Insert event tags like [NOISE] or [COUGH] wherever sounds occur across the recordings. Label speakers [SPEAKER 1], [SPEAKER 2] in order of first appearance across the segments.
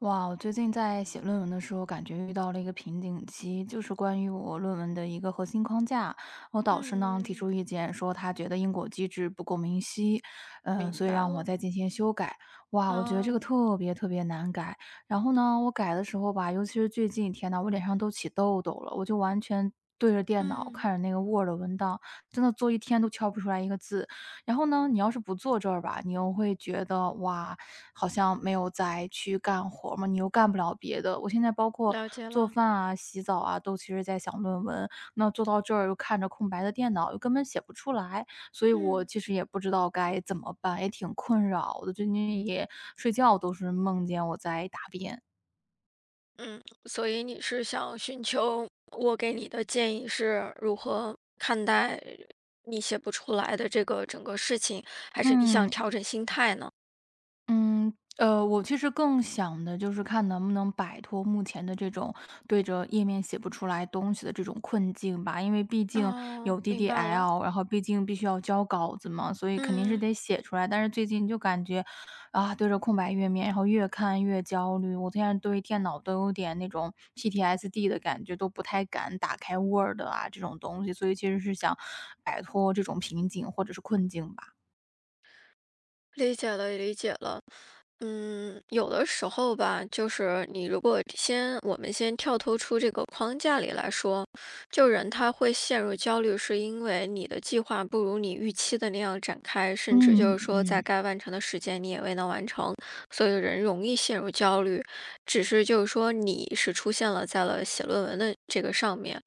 [SPEAKER 1] 哇，我最近在写论文的时候，感觉遇到了一个瓶颈期，就是关于我论文的一个核心框架。我导师呢提
[SPEAKER 2] 嗯，
[SPEAKER 1] 出意见，说他觉得因果机制不够明晰，
[SPEAKER 2] 明
[SPEAKER 1] 所以
[SPEAKER 2] 白
[SPEAKER 1] 让我
[SPEAKER 2] 了。
[SPEAKER 1] 再进行修改。哇，我觉得这
[SPEAKER 2] 啊，
[SPEAKER 1] 个特别特别难改。然后呢，我改的时候吧，尤其是最近，天呐，我脸上都起痘痘了，我就完全。对着电脑
[SPEAKER 2] 嗯，
[SPEAKER 1] 看着那个 Word 文档，真的做一天都敲不出来一个字，然后呢，你要是不坐这儿吧，你又会觉得哇，好像没有再去干活儿嘛，你又干不了别的。我现在包括
[SPEAKER 2] 了解
[SPEAKER 1] 做
[SPEAKER 2] 了。
[SPEAKER 1] 饭啊、洗澡啊，都其实在想论文。那坐到这儿又看着空白的电脑，又根本写不出来，所以我
[SPEAKER 2] 嗯
[SPEAKER 1] 其实也不知道该怎么办，也挺困扰的。最近也睡觉都是梦见我在答辩。
[SPEAKER 2] 嗯，所以你是想寻求我给你的建议是如何看待你写不出来的这个整个事情，还是你想
[SPEAKER 1] 嗯，
[SPEAKER 2] 调整心态呢？
[SPEAKER 1] 嗯，我其实更想的就是看能不能摆脱目前的这种对着页面写不出来东西的这种困境吧。因为毕竟
[SPEAKER 2] 啊，
[SPEAKER 1] 有
[SPEAKER 2] 明白了。
[SPEAKER 1] DDL，然后毕竟必须要交稿子嘛，所以肯定是
[SPEAKER 2] 嗯，
[SPEAKER 1] 得写出来。但是最近就感觉啊，对着空白页面，然后越看越焦虑。我现在对电脑都有点那种 PTSD 的感觉，都不太敢打开 Word 啊这种东西。所以其实是想摆脱这种瓶颈或者是困境吧。
[SPEAKER 2] 理解了，理解了。嗯，有的时候吧，就是你如果先，我们先跳脱出这个框架里来说，就人他会陷入焦虑，是因为你的计划不如你预期的那样展开，甚至
[SPEAKER 1] 嗯
[SPEAKER 2] 就是说在
[SPEAKER 1] 嗯，
[SPEAKER 2] 该完成的时间你也未能完成，所以人容易陷入焦虑。只是就是说你是出现了在了写论文的这个上面，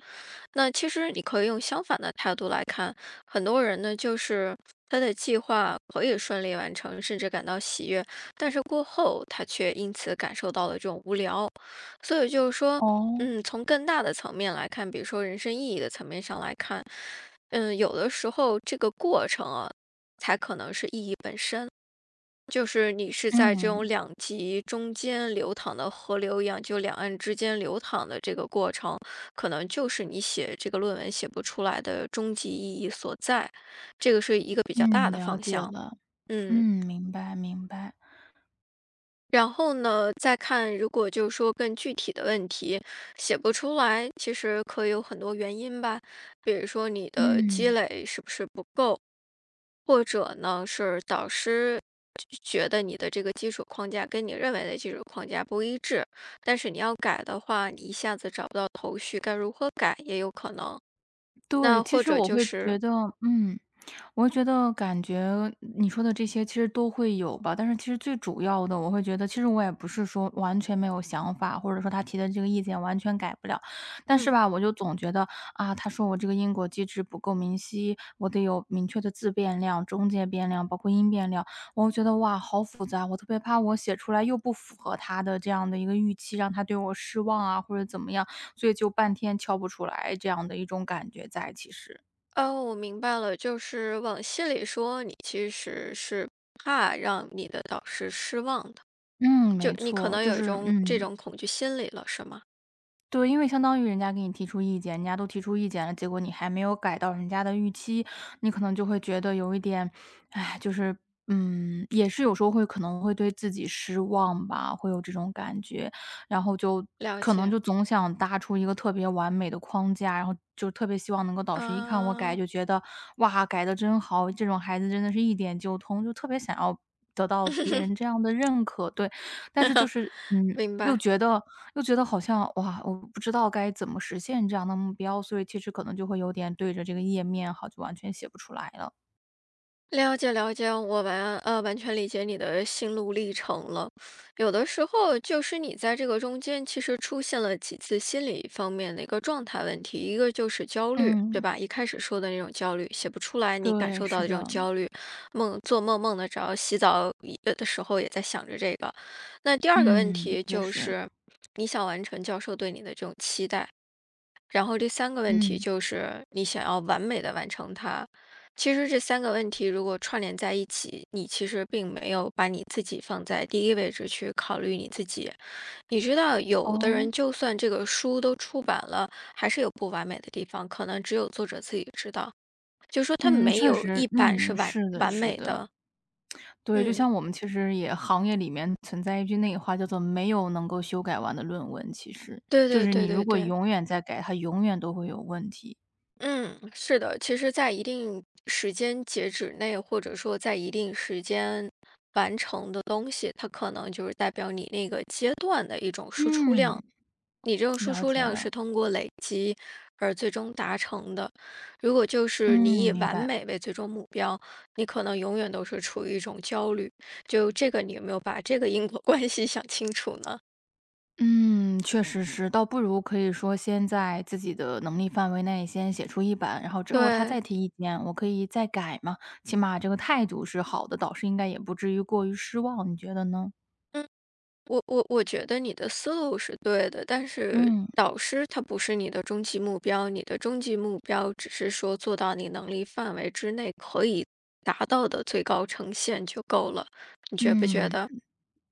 [SPEAKER 2] 那其实你可以用相反的态度来看，很多人呢就是他的计划可以顺利完成，甚至感到喜悦，但是过后，他却因此感受到了这种无聊。所以就是说，
[SPEAKER 1] 哦，
[SPEAKER 2] 嗯，从更大的层面来看，比如说人生意义的层面上来看，嗯，有的时候这个过程啊，才可能是意义本身。就是你是在这种
[SPEAKER 1] 嗯。
[SPEAKER 2] 两极中间流淌的河流一样，就两岸之间流淌的这个过程，可能就是你写这个论文写不出来的终极意义所在。这个是一个比较大
[SPEAKER 1] 嗯，
[SPEAKER 2] 的
[SPEAKER 1] 了
[SPEAKER 2] 方
[SPEAKER 1] 解
[SPEAKER 2] 向，
[SPEAKER 1] 了。
[SPEAKER 2] 嗯。
[SPEAKER 1] 嗯，明白明白。
[SPEAKER 2] 然后呢，再看如果就是说更具体的问题写不出来，其实可以有很多原因吧，比如说你的积
[SPEAKER 1] 嗯，
[SPEAKER 2] 累是不是不够，或者呢是导师觉得你的这个基础框架跟你认为的基础框架不一致，但是你要改的话，你一下子找不到头绪，该如何改也有可能。
[SPEAKER 1] 对，
[SPEAKER 2] 那
[SPEAKER 1] 其
[SPEAKER 2] 或
[SPEAKER 1] 实
[SPEAKER 2] 者
[SPEAKER 1] 我
[SPEAKER 2] 就
[SPEAKER 1] 会
[SPEAKER 2] 是，
[SPEAKER 1] 觉得嗯。我觉得感觉你说的这些其实都会有吧，但是其实最主要的，我会觉得其实我也不是说完全没有想法，或者说他提的这个意见完全改不了，但是
[SPEAKER 2] 嗯，
[SPEAKER 1] 吧，我就总觉得啊，他说我这个因果机制不够明晰，我得有明确的自变量、中介变量，包括因变量，我觉得哇，好复杂，我特别怕我写出来又不符合他的这样的一个预期，让他对我失望啊，或者怎么样，所以就半天敲不出来这样的一种感觉在，其实。
[SPEAKER 2] 哦，我明白了，就是往细里说，你其实是怕让你的导师失望的。
[SPEAKER 1] 嗯，
[SPEAKER 2] 就
[SPEAKER 1] 没
[SPEAKER 2] 你可
[SPEAKER 1] 错，
[SPEAKER 2] 能
[SPEAKER 1] 就
[SPEAKER 2] 有一
[SPEAKER 1] 是
[SPEAKER 2] 种这种恐惧心理了，是吗？
[SPEAKER 1] 对，因为相当于人家给你提出意见，人家都提出意见了，结果你还没有改到人家的预期，你可能就会觉得有一点，哎，就是也是有时候会可能会对自己失望吧，会有这种感觉，然后就
[SPEAKER 2] 了
[SPEAKER 1] 可能
[SPEAKER 2] 解，
[SPEAKER 1] 就总想搭出一个特别完美的框架，然后就特别希望能够导师一看我改
[SPEAKER 2] 啊，
[SPEAKER 1] 就觉得哇，改的真好，这种孩子真的是一点就通，就特别想要得到别人这
[SPEAKER 2] [LAUGHS]
[SPEAKER 1] 样的认可，对。但是就是，
[SPEAKER 2] 明
[SPEAKER 1] 又
[SPEAKER 2] 白。
[SPEAKER 1] 觉得又觉得好像，哇，我不知道该怎么实现这样的目标，所以其实可能就会有点对着这个页面哈，就完全写不出来了。
[SPEAKER 2] 了解了解，我完全理解你的心路历程了。有的时候就是你在这个中间，其实出现了几次心理方面的一个状态问题，一个就是焦虑，对
[SPEAKER 1] 嗯，
[SPEAKER 2] 吧？一开始说的那种焦虑，写不出来，你感
[SPEAKER 1] 对，
[SPEAKER 2] 受到
[SPEAKER 1] 是
[SPEAKER 2] 的这种
[SPEAKER 1] 的，
[SPEAKER 2] 焦虑，梦做梦得着，洗澡也的时候也在想着这个。那第二个问
[SPEAKER 1] 嗯，
[SPEAKER 2] 题
[SPEAKER 1] 确
[SPEAKER 2] 就
[SPEAKER 1] 实，
[SPEAKER 2] 是，你想完成教授对你的这种期待。然后第三个问题
[SPEAKER 1] 嗯，
[SPEAKER 2] 就是你想要完美的完成它。其实这三个问题如果串联在一起，你其实并没有把你自己放在第一位置去考虑你自己。你知道，有的
[SPEAKER 1] 哦，
[SPEAKER 2] 人就算这个书都出版了，还是有不完美的地方，可能只有作者自己知道。就说他
[SPEAKER 1] 嗯，
[SPEAKER 2] 没
[SPEAKER 1] 确
[SPEAKER 2] 有
[SPEAKER 1] 实，
[SPEAKER 2] 一版是
[SPEAKER 1] 嗯，
[SPEAKER 2] 完
[SPEAKER 1] 是的，
[SPEAKER 2] 完
[SPEAKER 1] 是
[SPEAKER 2] 美
[SPEAKER 1] 的，
[SPEAKER 2] 的。
[SPEAKER 1] 对，就
[SPEAKER 2] 嗯，
[SPEAKER 1] 像我们其实也行业里面存在一句那个话叫做"没有能够修改完的论文"，其实
[SPEAKER 2] 对
[SPEAKER 1] 就
[SPEAKER 2] 对
[SPEAKER 1] 是你
[SPEAKER 2] 对
[SPEAKER 1] 如
[SPEAKER 2] 对
[SPEAKER 1] 果
[SPEAKER 2] 对。
[SPEAKER 1] 永远在改，它永远都会有问题。
[SPEAKER 2] 嗯，是的，其实，在一定时间截止内，或者说在一定时间完成的东西，它可能就是代表你那个阶段的一种输出
[SPEAKER 1] 嗯，
[SPEAKER 2] 量。你这种输
[SPEAKER 1] 了
[SPEAKER 2] 出
[SPEAKER 1] 解
[SPEAKER 2] 量
[SPEAKER 1] 了，
[SPEAKER 2] 是通过累积而最终达成的。如果就是你
[SPEAKER 1] 嗯，
[SPEAKER 2] 以
[SPEAKER 1] 明
[SPEAKER 2] 完
[SPEAKER 1] 白。
[SPEAKER 2] 美为最终目标，你可能永远都是处于一种焦虑。就这个，你有没有把这个因果 [LAUGHS] 关系想清楚呢？
[SPEAKER 1] 嗯，确实是，倒不如可以说先在自己的能力范围内先写出一版，然后之后他
[SPEAKER 2] 对，
[SPEAKER 1] 再提意见，我可以再改嘛。起码这个态度是好的，导师应该也不至于过于失望，你觉得呢？
[SPEAKER 2] 我觉得你的思路是对的，但是
[SPEAKER 1] 嗯
[SPEAKER 2] 导师他不是你的终极目标，你的终极目标只是说做到你能力范围之内可以达到的最高呈现就够了，你觉不觉
[SPEAKER 1] 嗯。
[SPEAKER 2] 得？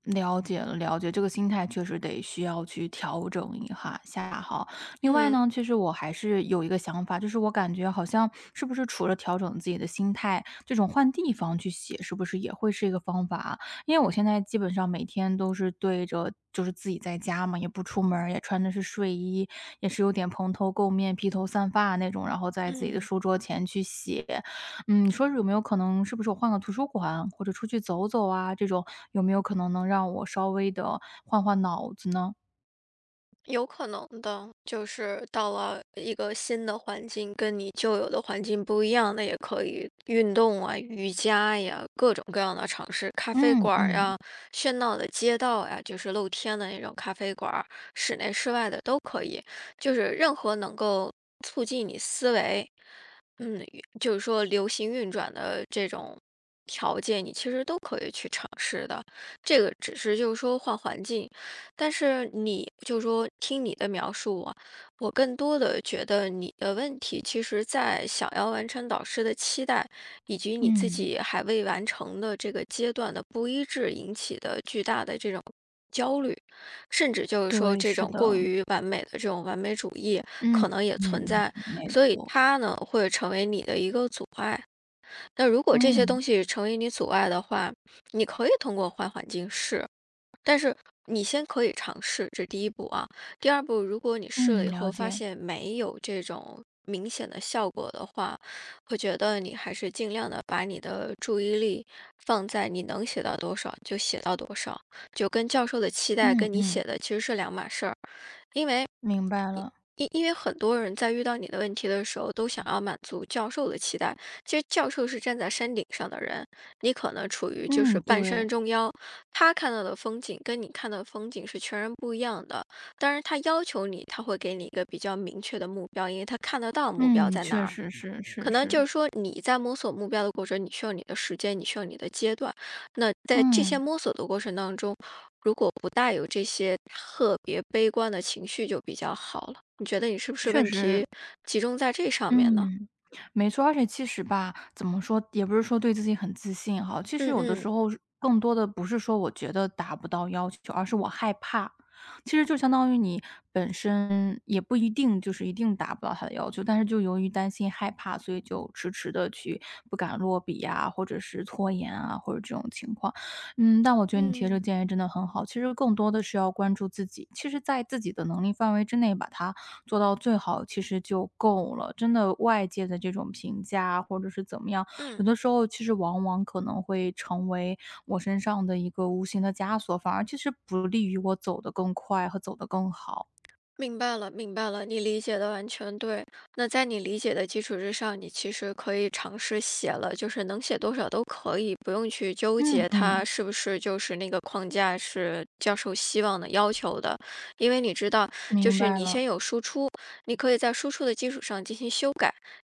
[SPEAKER 1] 了解了，了解，这个心态确实得需要去调整一哈下哈。另外
[SPEAKER 2] 嗯。
[SPEAKER 1] 呢，其实我还是有一个想法，就是我感觉好像是不是除了调整自己的心态，这种换地方去写，是不是也会是一个方法啊因为我现在基本上每天都是对着。就是自己在家嘛，也不出门儿也穿的是睡衣，也是有点蓬头垢面、披头散发那种，然后在自己的
[SPEAKER 2] 嗯。
[SPEAKER 1] 书桌前去写。嗯，你说是有没有可能是不是我换个图书馆，或者出去走走啊，这种有没有可能能让我稍微的换换脑子呢？
[SPEAKER 2] 有可能的，就是到了一个新的环境，跟你旧有的环境不一样，那也可以运动啊、瑜伽呀，各种各样的尝试。咖啡
[SPEAKER 1] 嗯
[SPEAKER 2] 馆儿
[SPEAKER 1] 嗯
[SPEAKER 2] 呀、喧闹的街道呀，就是露天的那种咖啡馆儿，室内室外的都可以，就是任何能够促进你思维，嗯，就是说流行运转的这种条件，你其实都可以去尝试的。这个只是就是说换环境。但是你就说听你的描述啊，我更多的觉得你的问题，其实在想要完成导师的期待，以及你自
[SPEAKER 1] 嗯，
[SPEAKER 2] 己还未完成的这个阶段的不一致引起的巨大的这种焦虑，甚至就是说
[SPEAKER 1] 对，
[SPEAKER 2] 这
[SPEAKER 1] 是
[SPEAKER 2] 种
[SPEAKER 1] 的，
[SPEAKER 2] 过于完美的这种完美主义
[SPEAKER 1] 嗯
[SPEAKER 2] 可能也
[SPEAKER 1] 嗯
[SPEAKER 2] 存
[SPEAKER 1] 嗯，
[SPEAKER 2] 在，
[SPEAKER 1] 没
[SPEAKER 2] 所以
[SPEAKER 1] 错，
[SPEAKER 2] 它呢会成为你的一个阻碍。那如果这些
[SPEAKER 1] 嗯
[SPEAKER 2] 东西成为你阻碍的话，你可以通过环境试。你先可以尝试，这是第一步啊。第二步，如果你试
[SPEAKER 1] 嗯，
[SPEAKER 2] 了以
[SPEAKER 1] 了
[SPEAKER 2] 后发
[SPEAKER 1] 解，
[SPEAKER 2] 现没有这种明显的效果的话，我觉得你还是尽量的把你的注意力放在你能写到多少就写到多少，就跟教授的期待
[SPEAKER 1] 嗯
[SPEAKER 2] 跟你写
[SPEAKER 1] 嗯，
[SPEAKER 2] 的其实是两码事儿。
[SPEAKER 1] 明白了，
[SPEAKER 2] 因为很多人在遇到你的问题的时候，都想要满足教授的期待。其实教授是站在山顶上的人，你可能处于就是
[SPEAKER 1] 嗯，
[SPEAKER 2] 半
[SPEAKER 1] 对，
[SPEAKER 2] 山中腰，他看到的风景跟你看到的风景是全然不一样的。当然，他要求你，他会给你一个比较明确的目标，因为他看得到目标
[SPEAKER 1] 嗯，
[SPEAKER 2] 在哪
[SPEAKER 1] 确
[SPEAKER 2] 儿。
[SPEAKER 1] 实是是
[SPEAKER 2] 可能就
[SPEAKER 1] 是，
[SPEAKER 2] 是说你在摸索目标的过程，你需要你的时间，你需要你的阶段。那在这些
[SPEAKER 1] 嗯，
[SPEAKER 2] 摸索的过程当中，如果不带有这些特别悲观的情绪就比较好了。你觉得你是不是
[SPEAKER 1] 确
[SPEAKER 2] 问
[SPEAKER 1] 实
[SPEAKER 2] 题集中在这上面呢？
[SPEAKER 1] 嗯，没错。而且其实吧，怎么说，也不是说对自己很自信哈。其实
[SPEAKER 2] 嗯
[SPEAKER 1] 有的
[SPEAKER 2] 嗯
[SPEAKER 1] 时候是更多的不是说我觉得达不到要求，而是我害怕。其实就相当于你本身也不一定就是一定达不到他的要求，但是就由于担心害怕，所以就迟迟的去不敢落笔呀，或者是拖延啊，或者这种情况。嗯，但我觉得你提的这个
[SPEAKER 2] 嗯。
[SPEAKER 1] 建议真的很好，其实更多的是要关注自己，其实在自己的能力范围之内把它做到最好其实就够了。真的外界的这种评价或者是怎么样，
[SPEAKER 2] 嗯。
[SPEAKER 1] 有的时候其实往往可能会成为我身上的一个无形的枷锁，反而其实不利于我走得更快和走得更好。
[SPEAKER 2] 明白了，明白了，你理解的完全对。那在你理解的基础之上，你其实可以尝试写了，就是能写多少都可以，不用去纠
[SPEAKER 1] 嗯
[SPEAKER 2] 结它
[SPEAKER 1] 嗯，
[SPEAKER 2] 是不是就是那个框架是教授希望的要求的，因为你知道，就
[SPEAKER 1] 明
[SPEAKER 2] 是
[SPEAKER 1] 白
[SPEAKER 2] 你先
[SPEAKER 1] 了。
[SPEAKER 2] 有输出，你可以在输出的基础上进行修改，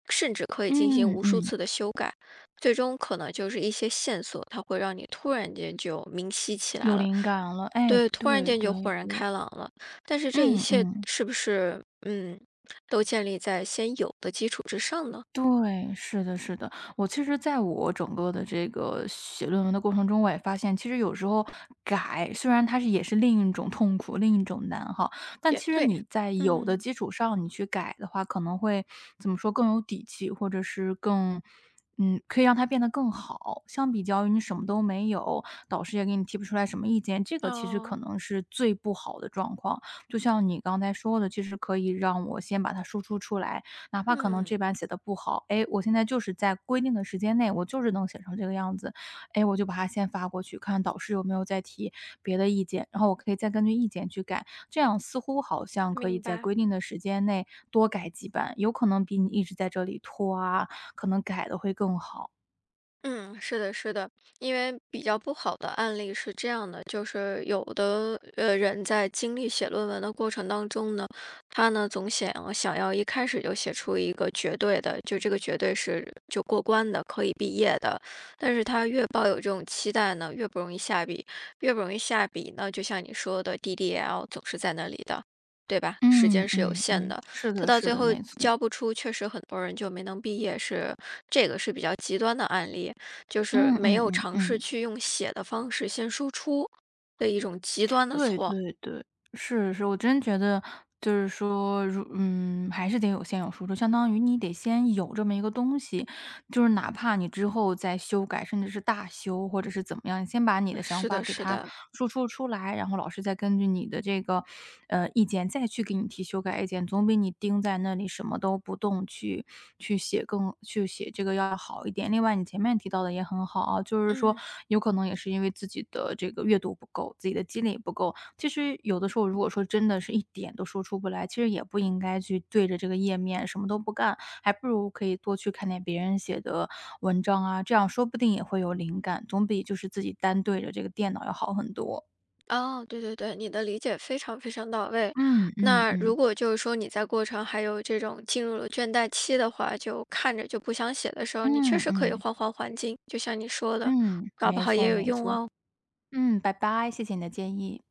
[SPEAKER 2] 甚至可以进行
[SPEAKER 1] 嗯
[SPEAKER 2] 无数
[SPEAKER 1] 嗯，
[SPEAKER 2] 次的修改，最终可能就是一些线索，它会让你突然间就明晰起来
[SPEAKER 1] 有
[SPEAKER 2] 了。
[SPEAKER 1] 灵感了。哎，
[SPEAKER 2] 对，突然
[SPEAKER 1] 对
[SPEAKER 2] 间就
[SPEAKER 1] 对
[SPEAKER 2] 豁然
[SPEAKER 1] 对，
[SPEAKER 2] 开朗了。但是这一
[SPEAKER 1] 嗯
[SPEAKER 2] 切
[SPEAKER 1] 嗯。
[SPEAKER 2] 是不是，嗯，都建立在先有的基础之上呢？
[SPEAKER 1] 对，是的，是的。我其实在我整个的这个写论文的过程中，我也发现，其实有时候改，虽然它是也是另一种痛苦，另一种难哈，但
[SPEAKER 2] 也
[SPEAKER 1] 其实
[SPEAKER 2] 对，
[SPEAKER 1] 你在有的
[SPEAKER 2] 嗯，
[SPEAKER 1] 基础上，你去改的话，可能会怎么说更有底气，或者是更，嗯，可以让它变得更好。相比较于你什么都没有，导师也给你提不出来什么意见，这个其实可
[SPEAKER 2] 哦，
[SPEAKER 1] 能是最不好的状况。就像你刚才说的，其实可以让我先把它输出出来，哪怕可能
[SPEAKER 2] 嗯。
[SPEAKER 1] 这版写的不好，哎，我现在就是在规定的时间内，我就是能写成这个样子，哎，我就把它先发过去，看导师有没有再提别的意见，然后我可以再根据意见去改，这样似乎好像可以
[SPEAKER 2] 明
[SPEAKER 1] 在
[SPEAKER 2] 白。
[SPEAKER 1] 规定的时间内多改几版，有可能比你一直在这里拖啊，可能改的会更好。
[SPEAKER 2] 嗯，是的，是的，因为比较不好的案例是这样的，就是有的人在经历写论文的过程当中呢，他呢总想要一开始就写出一个绝对的，就这个绝对是就过关的，可以毕业的，但是他越抱有这种期待呢，越不容易下笔，越不容易下笔呢，就像你说的 DDL 总是在那里的。对吧？时
[SPEAKER 1] 嗯
[SPEAKER 2] 间是有
[SPEAKER 1] 嗯
[SPEAKER 2] 限
[SPEAKER 1] 嗯，
[SPEAKER 2] 的，
[SPEAKER 1] 是
[SPEAKER 2] 他
[SPEAKER 1] 的
[SPEAKER 2] 到
[SPEAKER 1] 是
[SPEAKER 2] 最
[SPEAKER 1] 的，
[SPEAKER 2] 后
[SPEAKER 1] 没错。
[SPEAKER 2] 交不出，确实很多人就没能毕业，是这个是比较极端的案例。就是
[SPEAKER 1] 嗯
[SPEAKER 2] 没
[SPEAKER 1] 嗯
[SPEAKER 2] 有
[SPEAKER 1] 嗯
[SPEAKER 2] 尝试
[SPEAKER 1] 嗯，
[SPEAKER 2] 去用写的方式先输出的一种极端的
[SPEAKER 1] 对
[SPEAKER 2] 错。
[SPEAKER 1] 对对。是是，我真觉得就是说，还是得有先有输出，相当于你得先有这么一个东西，就是哪怕你之后再修改，甚至是大修或者是怎么样，你先把你的想
[SPEAKER 2] 是
[SPEAKER 1] 法
[SPEAKER 2] 的，
[SPEAKER 1] 给
[SPEAKER 2] 是
[SPEAKER 1] 它
[SPEAKER 2] 的，
[SPEAKER 1] 输出出来，然后老师再根据你的这个意见再去给你提修改意见，总比你盯在那里什么都不动去写这个要好一点。另外，你前面提到的也很好啊，就是说
[SPEAKER 2] 嗯，
[SPEAKER 1] 有可能也是因为自己的这个阅读不够，自己的积累不够，其实有的时候，如果说真的是一点都说出不来，其实也不应该去对着这个页面什么都不干，还不如可以多去看点别人写的文章啊，这样说不定也会有灵感，总比就是自己单对着这个电脑要好很多。
[SPEAKER 2] 哦，对对对，你的理解非常非常到位。
[SPEAKER 1] 嗯嗯
[SPEAKER 2] 那如
[SPEAKER 1] 嗯，
[SPEAKER 2] 果就是说你在过程还有这种进入了倦怠期的话，就看着就不想写的时候，你确
[SPEAKER 1] 嗯
[SPEAKER 2] 实可以
[SPEAKER 1] 嗯
[SPEAKER 2] 换换环境，就像你说的，
[SPEAKER 1] 嗯，
[SPEAKER 2] 搞不
[SPEAKER 1] 没
[SPEAKER 2] 好也
[SPEAKER 1] 错
[SPEAKER 2] 有
[SPEAKER 1] 没
[SPEAKER 2] 用
[SPEAKER 1] 错。
[SPEAKER 2] 哦。
[SPEAKER 1] 嗯，拜拜，谢谢你的建议。